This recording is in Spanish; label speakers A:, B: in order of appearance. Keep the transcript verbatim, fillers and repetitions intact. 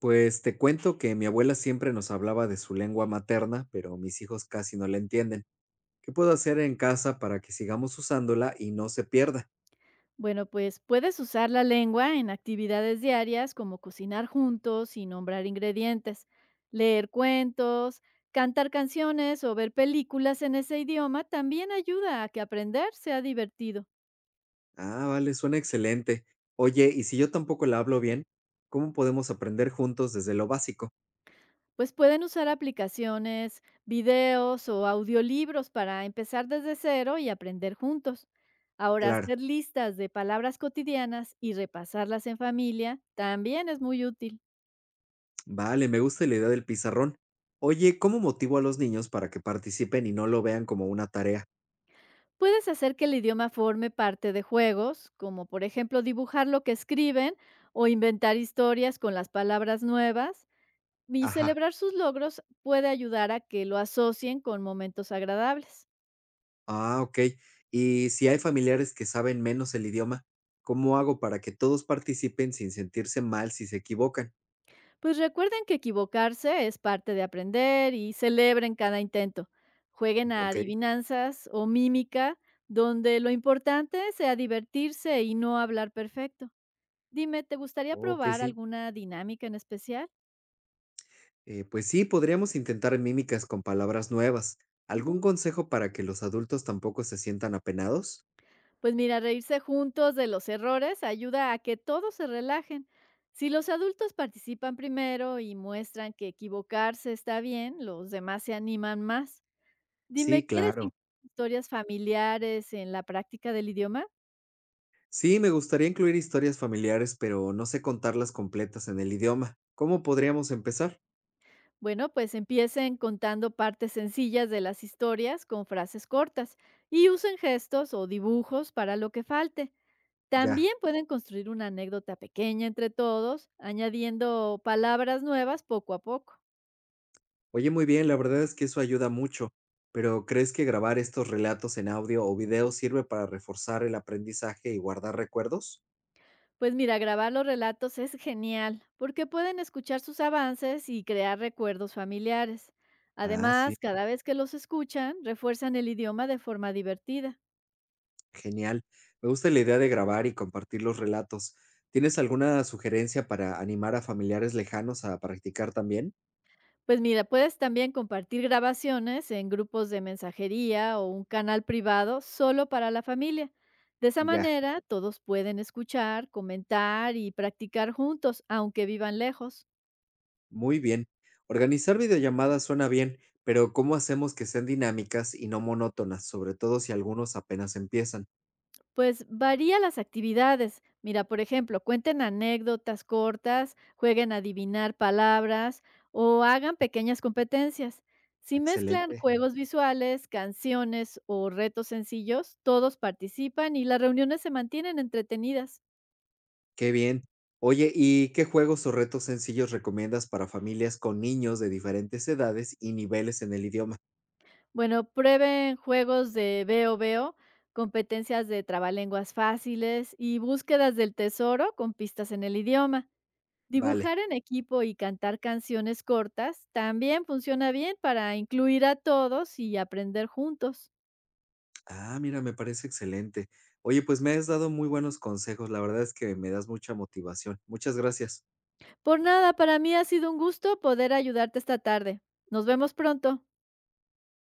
A: Pues te cuento que mi abuela siempre nos hablaba de su lengua materna, pero mis hijos casi no la entienden. ¿Qué puedo hacer en casa para que sigamos usándola y no se pierda?
B: Bueno, pues puedes usar la lengua en actividades diarias como cocinar juntos y nombrar ingredientes, leer cuentos, cantar canciones o ver películas en ese idioma también ayuda a que aprender sea divertido.
A: Ah, vale, suena excelente. Oye, ¿y si yo tampoco la hablo bien? ¿Cómo podemos aprender juntos desde lo básico?
B: Pues pueden usar aplicaciones, videos o audiolibros para empezar desde cero y aprender juntos. Ahora,
A: Claro,
B: hacer listas de palabras cotidianas y repasarlas en familia también es muy útil.
A: vale, me gusta la idea del pizarrón. Oye, ¿cómo motivo a los niños para que participen y no lo vean como una tarea?
B: Puedes hacer que el idioma forme parte de juegos, como por ejemplo dibujar lo que escriben o inventar historias con las palabras nuevas, y
A: Ajá.
B: celebrar sus logros puede ayudar a que lo asocien con momentos agradables.
A: Ah, okey. Y si hay familiares que saben menos el idioma, ¿cómo hago para que todos participen sin sentirse mal si se equivocan?
B: Pues recuerden que equivocarse es parte de aprender y celebren cada intento. Jueguen a
A: Okey,
B: adivinanzas o mímica, donde lo importante sea divertirse y no hablar perfecto. Dime, ¿te gustaría
A: okey,
B: probar
A: sí.
B: alguna dinámica en especial?
A: Eh, pues sí, podríamos intentar mímicas con palabras nuevas. ¿Algún
B: Ujú.
A: consejo para que los adultos tampoco se sientan apenados?
B: Pues mira, reírse juntos de los errores ayuda a que todos se relajen. Si los adultos participan primero y muestran que equivocarse está bien, los demás se animan más.
A: Sí,
B: Dime, ¿quieres
A: claro.
B: in- historias familiares en la práctica del idioma?
A: Sí, me gustaría incluir historias familiares, pero no sé contarlas completas en el idioma. ¿Cómo podríamos empezar?
B: Bueno, pues empiecen contando partes sencillas de las historias con frases cortas y usen gestos o dibujos para lo que falte.
A: Ya.
B: También pueden construir una anécdota pequeña entre todos, añadiendo palabras nuevas poco a poco.
A: Oye, muy bien, la verdad es que eso ayuda mucho, pero ¿crees que grabar estos relatos en audio o video sirve para reforzar el aprendizaje y guardar recuerdos?
B: Pues mira, grabar los relatos es genial, porque pueden escuchar sus avances y crear recuerdos familiares.
A: Ah, sí,
B: Además, cada vez que los escuchan, refuerzan el idioma de forma divertida.
A: genial. Me gusta la idea de grabar y compartir los relatos. ¿Tienes alguna sugerencia para animar a familiares lejanos a practicar también?
B: Pues mira, puedes también compartir grabaciones en grupos de mensajería o un canal privado solo para la familia. De esa
A: Ya,
B: manera, todos pueden escuchar, comentar y practicar juntos, aunque vivan lejos.
A: muy bien. Organizar videollamadas suena bien, pero ¿cómo hacemos que sean dinámicas y no monótonas, sobre todo si algunos apenas empiezan?
B: Pues varía las actividades. Mira, por ejemplo, cuenten anécdotas cortas, jueguen a adivinar palabras o hagan pequeñas competencias. Si mezclan
A: Excelente.
B: juegos visuales, canciones o retos sencillos, todos participan y las reuniones se mantienen entretenidas.
A: Qué bien. Oye, ¿y qué juegos o retos sencillos recomiendas para familias con niños de diferentes edades y niveles en el idioma?
B: Bueno, prueben juegos de veo veo, competencias de trabalenguas fáciles y búsquedas del tesoro con pistas en el idioma.
A: Vale.
B: Dibujar en equipo y cantar canciones cortas también funciona bien para incluir a todos y aprender juntos.
A: Ah, mira, me parece excelente. Oye, pues me has dado muy buenos consejos. La verdad es que me das mucha motivación. Muchas gracias.
B: Por nada, para mí ha sido un gusto poder ayudarte esta tarde. Nos vemos pronto.